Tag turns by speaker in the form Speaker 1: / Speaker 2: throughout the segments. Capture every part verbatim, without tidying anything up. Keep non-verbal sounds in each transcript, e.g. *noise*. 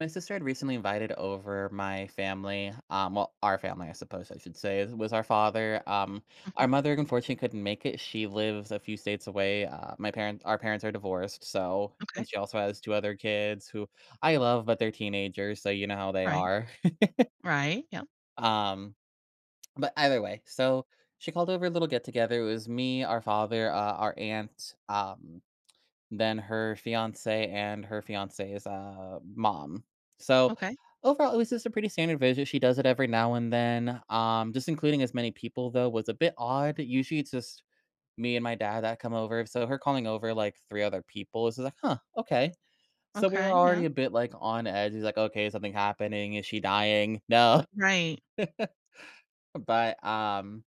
Speaker 1: My sister had recently invited over my family. Um, well, our family, I suppose I should say, is- was our father. Um, our
Speaker 2: Mhm.
Speaker 1: mother, unfortunately, couldn't make it. She lives a few states away. Uh, my parents, our parents are divorced, so
Speaker 2: Okay.
Speaker 1: and she also has two other kids who I love, but they're teenagers, so you know how they
Speaker 2: Right.
Speaker 1: are. *laughs*
Speaker 2: Right. Yeah.
Speaker 1: Um, but either way, so she called over a little get together. It was me, our father, uh, our aunt. Um, than her fiancé and her fiancé's, uh, mom. So,
Speaker 2: Okay.
Speaker 1: overall, it was just a pretty standard visit. She does it every now and then. Um, just including as many people, though, was a bit odd. Usually it's just me and my dad that come over, so her calling over, like, three other people is just like, "Huh, okay." So we
Speaker 2: Okay.
Speaker 1: were
Speaker 2: Yeah.
Speaker 1: already a bit, like, on edge. He's like, "Okay, is something happening? Is she dying? No." *laughs*
Speaker 2: Right.
Speaker 1: But, um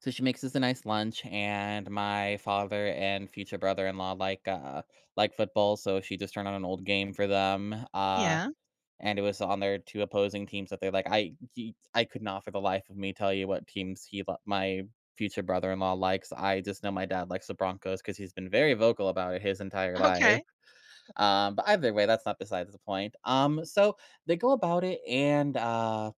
Speaker 1: So she makes us a nice lunch, and my father and future brother-in-law like, uh, like football, so she just turned on an old game for them, uh,
Speaker 2: Yeah.
Speaker 1: and it was on their two opposing teams that they're like, I ye I could not for the life of me tell you what teams he li my future brother-in-law likes. I just know my dad likes the Broncos because 'cause he's been very vocal about it his entire life,
Speaker 2: Okay.
Speaker 1: um, but either way, that's not besides the point. Um, so they go about it and, uh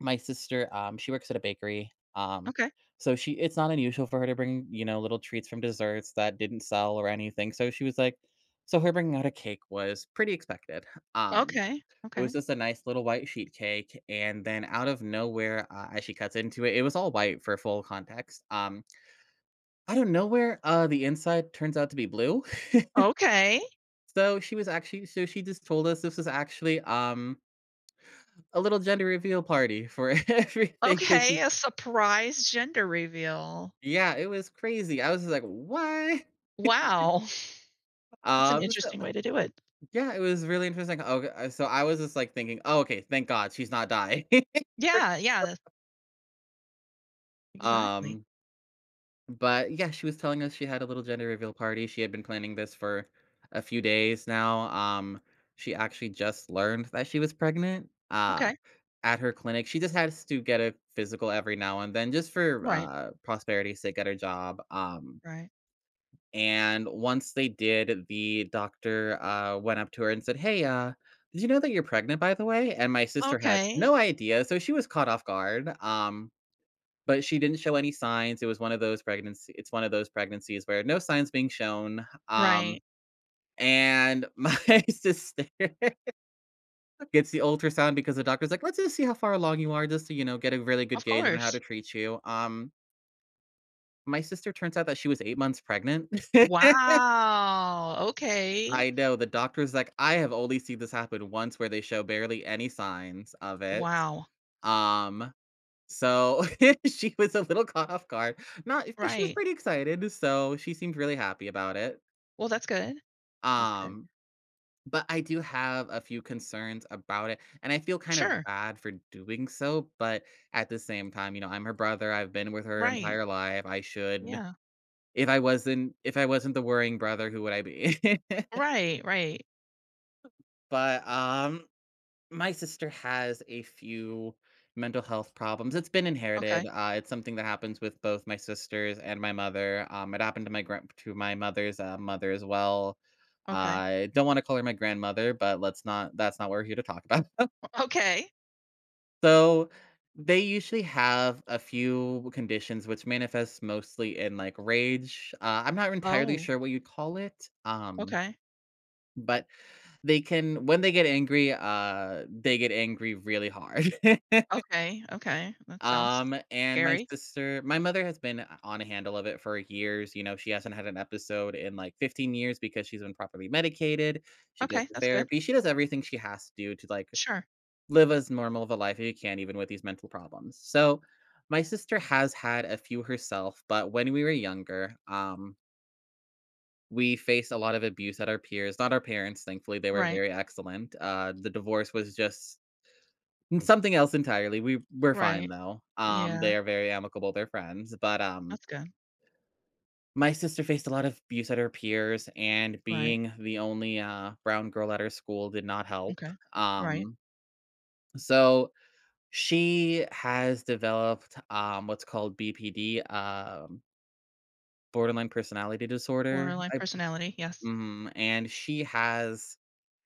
Speaker 1: my sister, um, she works at a bakery. Um,
Speaker 2: Okay.
Speaker 1: so she It's not unusual for her to bring, you know, little treats from desserts that didn't sell or anything. So she was like, so her bringing out a cake was pretty expected. Um,
Speaker 2: Okay.
Speaker 1: it was
Speaker 2: Okay.
Speaker 1: just a nice little white sheet cake, and then out of nowhere, uh, as she cuts into it, it was all white for full context. Um, out of nowhere, uh, the inside turns out to be blue.
Speaker 2: Okay.
Speaker 1: *laughs* so she was actually, so she just told us this was actually um a little gender reveal party for *laughs* everything because
Speaker 2: Okay.
Speaker 1: she
Speaker 2: A surprise gender reveal.
Speaker 1: Yeah, it was crazy. I was just like, "What?"
Speaker 2: Wow. *laughs* That's an
Speaker 1: Um, so
Speaker 2: interesting way to do it.
Speaker 1: yeah, it was really interesting. Okay, uh, so I was just like thinking, "Oh, okay, thank God she's not dying." *laughs*
Speaker 2: Yeah. Yeah. That's exactly.
Speaker 1: Um, but yeah, she was telling us she had a little gender reveal party. She had been planning this for a few days now. Um, she actually just learned that she was pregnant uh,
Speaker 2: Okay.
Speaker 1: at her clinic. She just has to get a physical every now and then, just for
Speaker 2: Right.
Speaker 1: uh, prosperity's sake at her job. Um,
Speaker 2: Right.
Speaker 1: And once they did, the doctor, uh, went up to her and said, "Hey, uh, did you know that you're pregnant, by the way?" And my sister had
Speaker 2: Okay.
Speaker 1: no idea, so she was caught off guard, um, but she didn't show any signs. It was one of those pregnancy it's one of those pregnancies where no signs being shown, um,
Speaker 2: Right.
Speaker 1: and *laughs* my sister *laughs* gets the ultrasound because the doctor's like, "Let's just see how far along you are just to, you know, get a really good
Speaker 2: Of
Speaker 1: gauge on how
Speaker 2: course.
Speaker 1: to treat you." Um, my sister turns out that she was eight months pregnant. *laughs*
Speaker 2: Wow. Okay.
Speaker 1: I know, the doctor's like, "I have only seen this happen once where they show barely any signs of it."
Speaker 2: Wow.
Speaker 1: Um, so *laughs* she was a little caught off guard. Not eh, but she was
Speaker 2: Right.
Speaker 1: pretty excited, so she seemed really happy about it.
Speaker 2: Well, that's good. That's good.
Speaker 1: Um, but I do have a few concerns about it, and I feel kind of
Speaker 2: Sure.
Speaker 1: bad for doing so, but at the same time, you know, I'm her brother, I've been with her
Speaker 2: Right.
Speaker 1: entire life, I should
Speaker 2: Yeah.
Speaker 1: if I wasn't if I wasn't the worrying brother, who would I be? *laughs*
Speaker 2: Right. Right.
Speaker 1: But, um My sister has a few mental health problems. It's been inherited.
Speaker 2: Okay.
Speaker 1: Uh, it's something that happens with both my sisters and my mother. Um, it happened to my grand to my mother's uh, mother as well.
Speaker 2: Okay.
Speaker 1: I don't want to call her my grandmother, but let's not. That's not what we're here to talk about. *laughs*
Speaker 2: Okay.
Speaker 1: So they usually have a few conditions which manifests mostly in like rage. Uh, I'm not entirely
Speaker 2: Oh,
Speaker 1: sure what you'd call it. Um,
Speaker 2: okay.
Speaker 1: but they can when they get angry uh they get angry really hard. *laughs*
Speaker 2: Okay, okay. That sounds
Speaker 1: Um, and my
Speaker 2: scary.
Speaker 1: sister my mother has been uh, on a handle of it for years. You know, she hasn't had an episode in, like, fifteen years because she's been properly medicated, she goes
Speaker 2: Okay,
Speaker 1: to
Speaker 2: that's good.
Speaker 1: therapy, she does everything she has to do to, like,
Speaker 2: Sure.
Speaker 1: live as normal of a life as you can even with these mental problems. So, my sister has had a few herself, but when we were younger, um, we faced a lot of abuse at our peers, not our parents, thankfully, they were
Speaker 2: Right,
Speaker 1: very excellent. Uh, the divorce was just Mm, something else entirely. We we're fine
Speaker 2: right.
Speaker 1: though. Um,
Speaker 2: Yeah,
Speaker 1: they are very amicable, they're friends, but, um,
Speaker 2: that's good.
Speaker 1: my sister faced a lot of abuse at her peers, and
Speaker 2: Right.
Speaker 1: being the only, uh, brown girl at her school did not help.
Speaker 2: Okay. Right.
Speaker 1: Um, so she has developed, um, what's called B P D, um, borderline personality disorder.
Speaker 2: Borderline
Speaker 1: I b
Speaker 2: personality, yes.
Speaker 1: Mhm. And she has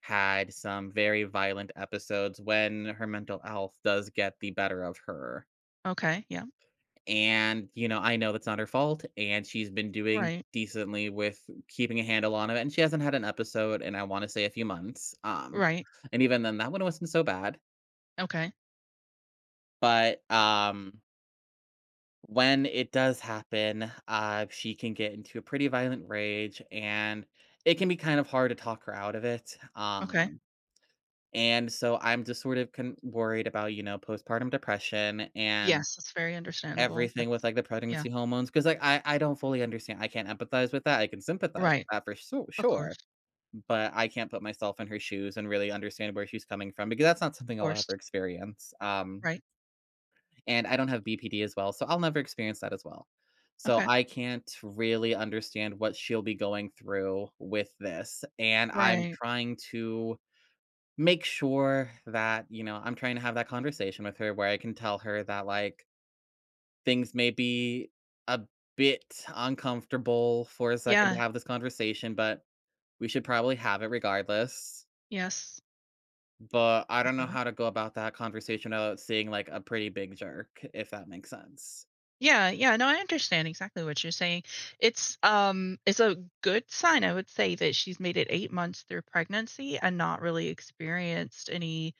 Speaker 1: had some very violent episodes when her mental health does get the better of her.
Speaker 2: Okay, yeah.
Speaker 1: And, you know, I know that's not her fault, and she's been doing
Speaker 2: Right,
Speaker 1: decently with keeping a handle on it, and she hasn't had an episode in, I wanna say, a few months. um,
Speaker 2: right.
Speaker 1: and even then, that one wasn't so bad,
Speaker 2: Okay,
Speaker 1: but, um, when it does happen, uh, she can get into a pretty violent rage, and it can be kind of hard to talk her out of it.
Speaker 2: okay.
Speaker 1: Um, and so I'm just sort of con worried about, you know, postpartum depression and
Speaker 2: Yes, that's very understandable.
Speaker 1: everything with,
Speaker 2: That's
Speaker 1: like, the
Speaker 2: yeah,
Speaker 1: pregnancy hormones, because like, I I don't fully understand, I can't empathize with that, I can sympathize with
Speaker 2: right.
Speaker 1: that for so
Speaker 2: Of
Speaker 1: sure,
Speaker 2: course,
Speaker 1: but I can't put myself in her shoes and really understand where she's coming from because that's not
Speaker 2: of
Speaker 1: something I'll
Speaker 2: course.
Speaker 1: ever experience. um,
Speaker 2: Right.
Speaker 1: and I don't have B P D as well, so I'll never experience that as well. So
Speaker 2: Okay.
Speaker 1: I can't really understand what she'll be going through with this, and I'm
Speaker 2: Right.
Speaker 1: trying to make sure that, you know, I'm trying to have that conversation with her where I can tell her that, like, things may be a bit uncomfortable for a second to
Speaker 2: Yeah,
Speaker 1: have this conversation, but we should probably have it regardless.
Speaker 2: yes,
Speaker 1: But I
Speaker 2: for
Speaker 1: don't know
Speaker 2: sure.
Speaker 1: how to go about that conversation without seeing like a pretty big jerk, if that makes sense.
Speaker 2: Yeah, yeah. No, I understand exactly what you're saying. It's um it's a good sign, I would say, that she's made it eight months through pregnancy and not really experienced any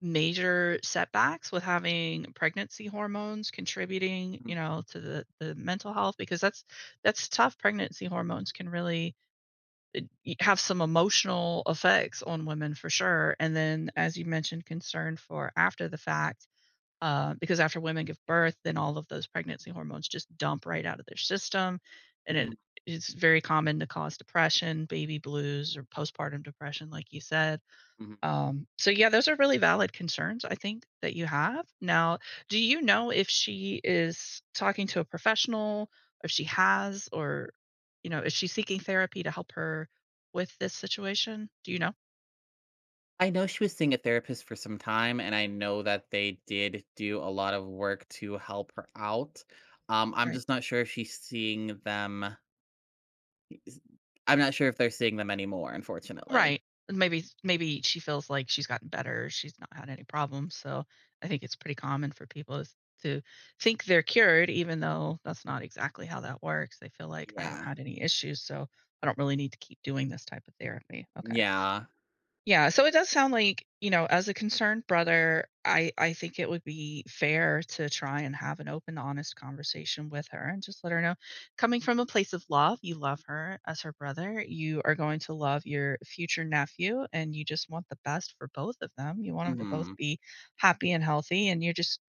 Speaker 2: major setbacks with having pregnancy hormones contributing, you
Speaker 1: Mhm,
Speaker 2: know, to the, the mental health because that's that's tough. Pregnancy hormones can really y- have some emotional effects on women for sure. And then as you mentioned, concern for after the fact uh, because after women give birth, then all of those pregnancy hormones just dump right out of their system, and
Speaker 1: mhm,
Speaker 2: it it's very common to cause depression, baby blues, or postpartum depression, like you said.
Speaker 1: mhm.
Speaker 2: Um, so yeah, those are really valid concerns I think that you have. Now, do you know if she is talking to a professional, if she has, or you know, is she seeking therapy to help her with this situation? Do you know?
Speaker 1: I know she was seeing a therapist for some time, and I know that they did do a lot of work to help her out. Um, I'm
Speaker 2: Right.
Speaker 1: just not sure if she's seeing them. I'm not sure if they're seeing them anymore, unfortunately.
Speaker 2: Right. And maybe maybe she feels like she's gotten better, she's not had any problems, so I think it's pretty common for people is to think they're cured even though that's not exactly how that works. They feel like, "I haven't
Speaker 1: Yeah.
Speaker 2: had any issues, so I don't really need to keep doing this type of therapy." Okay.
Speaker 1: Yeah.
Speaker 2: Yeah, so it does sound like, you know, as a concerned brother, I I think it would be fair to try and have an open, honest conversation with her and just let her know coming from a place of love, you love her as her brother. You are going to love your future nephew and you just want the best for both of them. You want them to both
Speaker 1: Mhm.
Speaker 2: be happy and healthy and you're just.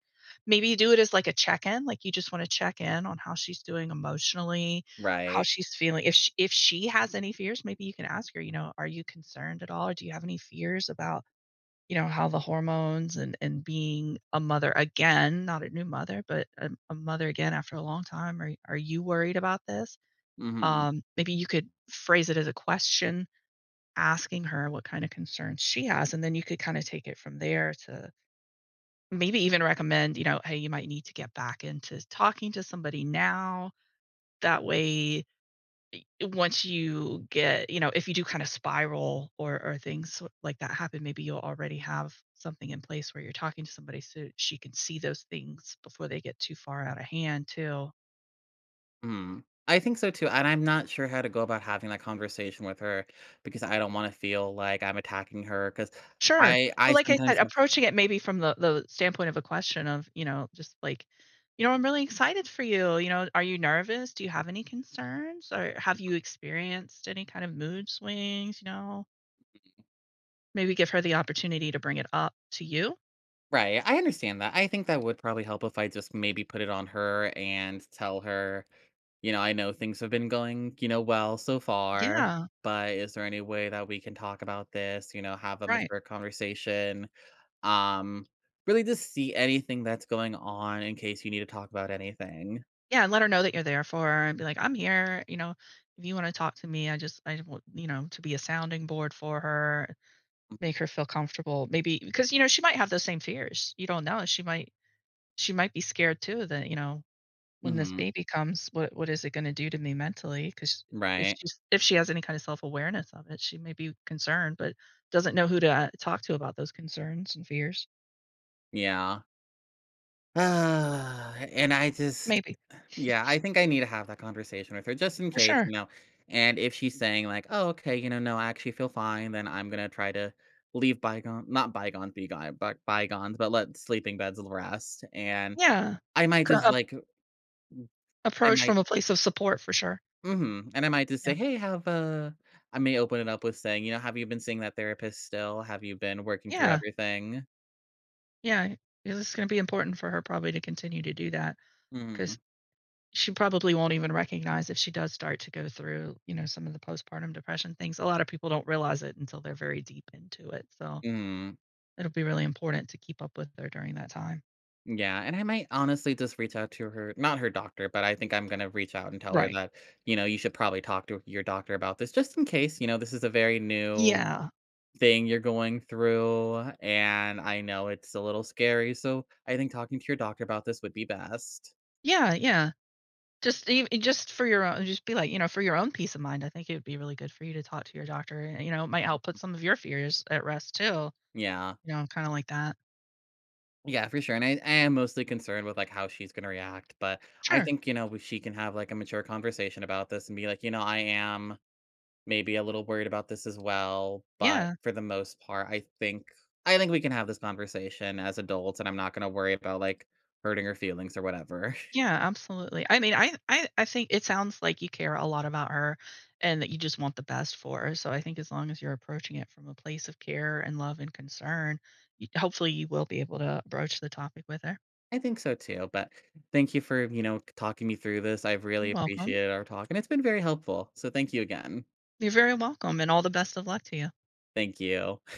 Speaker 2: Maybe you do it as, like, a check-in, like, you just wanna check in on how she's doing emotionally, how
Speaker 1: Right.
Speaker 2: she's feeling. If she if she has any fears, maybe you can ask her, you know, "Are you concerned at all, or do you have any fears about, you know, how the hormones and and being a mother again, not a new mother, but a a mother again after a long time, are are you worried about this?"
Speaker 1: Mhm.
Speaker 2: Um, maybe you could phrase it as a question, asking her what kinda concerns she has, and then you could kinda take it from there to maybe even recommend, you know, hey, you might need to get back into talking to somebody now. That way, once you get, you know, if you do kind of spiral or or things sor- like that happen, maybe you'll already have something in place where you're talking to somebody so she can see those things before they get too far out of hand too.
Speaker 1: Mhm. I think so too, and I'm not sure how to go about having that conversation with her because I don't wanna feel like I'm attacking her. Because
Speaker 2: Sure.
Speaker 1: I
Speaker 2: Well,
Speaker 1: I
Speaker 2: like I said,
Speaker 1: sometimes have
Speaker 2: approaching it maybe from the the standpoint of a question of, you know, just like, you know, "I'm really excited for you, you know, are you nervous? Do you have any concerns? Or have you experienced any kind of mood swings?" You know? Maybe give her the opportunity to bring it up to you.
Speaker 1: Right, I understand that. I think that would probably help if I just maybe put it on her and tell her, you know, "I know things have been going, you know, well so far,
Speaker 2: Yeah,
Speaker 1: but is there any way that we can talk about this?" You know, have a
Speaker 2: right.
Speaker 1: mature conversation. Um, Really just see anything that's going on in case you need to talk about anything.
Speaker 2: Yeah, and let her know that you're there for her and be like, "I'm here, you know, if you wanna talk to me, I just I want, you know, to be a sounding board for her," make her feel comfortable. Maybe because, you know, she might have those same fears. You don't know. She might she might be scared too that, you know, when this
Speaker 1: Mhm.
Speaker 2: baby comes, what what is it gonna do to me mentally? Because if
Speaker 1: Right.
Speaker 2: she's if she has any kind of self-awareness of it, she may be concerned, but doesn't know who to, uh, talk to about those concerns and fears.
Speaker 1: Yeah. Uh, And I just
Speaker 2: Maybe.
Speaker 1: yeah, I think I need to have that conversation with her just in
Speaker 2: For
Speaker 1: case,
Speaker 2: sure.
Speaker 1: you know. And if she's saying like, "Oh, okay, you know, no, I actually feel fine," then I'm gonna try to leave bygone not bygones be gone, but bygones, but let sleeping beds rest. And
Speaker 2: Yeah.
Speaker 1: I might
Speaker 2: Cor
Speaker 1: just
Speaker 2: ap
Speaker 1: like I
Speaker 2: Approach
Speaker 1: might
Speaker 2: from a place of support for sure.
Speaker 1: mhm, and I might just
Speaker 2: Yeah.
Speaker 1: say, "Hey, have uh" I may open it up with saying, you know, "Have you been seeing that therapist still? Have you been working through
Speaker 2: Yeah.
Speaker 1: everything?"
Speaker 2: Yeah. It's gonna be important for her probably to continue to do that because
Speaker 1: Mhm.
Speaker 2: she probably won't even recognize if she does start to go through, you know, some of the postpartum depression things. A lot of people don't realize it until they're very deep into it. So
Speaker 1: Mhm.
Speaker 2: it'll be really important to keep up with her during that time.
Speaker 1: Yeah, and I might honestly just reach out to her not her doctor, but I think I'm gonna reach out and tell her
Speaker 2: Right.
Speaker 1: that, you know, you should probably talk to your doctor about this just in case, you know, this is a very new
Speaker 2: Yeah.
Speaker 1: thing you're going through, and I know it's a little scary, so I think talking to your doctor about this would be best.
Speaker 2: Yeah. Yeah. Just even just for your own, just be like, you know, for your own peace of mind, I think it would be really good for you to talk to your doctor. And, you know, it might help put
Speaker 1: Mhm.
Speaker 2: some of your fears at rest too,
Speaker 1: Yeah.
Speaker 2: you know, kind of like that.
Speaker 1: Yeah, for sure, and I I am mostly concerned with, like, how she's gonna react, but I
Speaker 2: Sure.
Speaker 1: think, you know, we she can have, like, a mature conversation about this and be like, "You know, I am" maybe a little worried about this as well, but
Speaker 2: Yeah.
Speaker 1: for the most part, I think I think we can have this conversation as adults, and I'm not gonna worry about, like, hurting her feelings or whatever.
Speaker 2: Yeah, absolutely. I mean, I I I think it sounds like you care a lot about her and that you just want the best for her. So I think as long as you're approaching it from a place of care and love and concern, you, hopefully you will be able to broach the topic with her.
Speaker 1: *laughs* I think so too, but thank you for, you know, talking me through this. I've
Speaker 2: You're
Speaker 1: really
Speaker 2: welcome.
Speaker 1: appreciated our talk, and it's been very helpful, so thank you again.
Speaker 2: You're very welcome and all the best of luck to you.
Speaker 1: Thank you.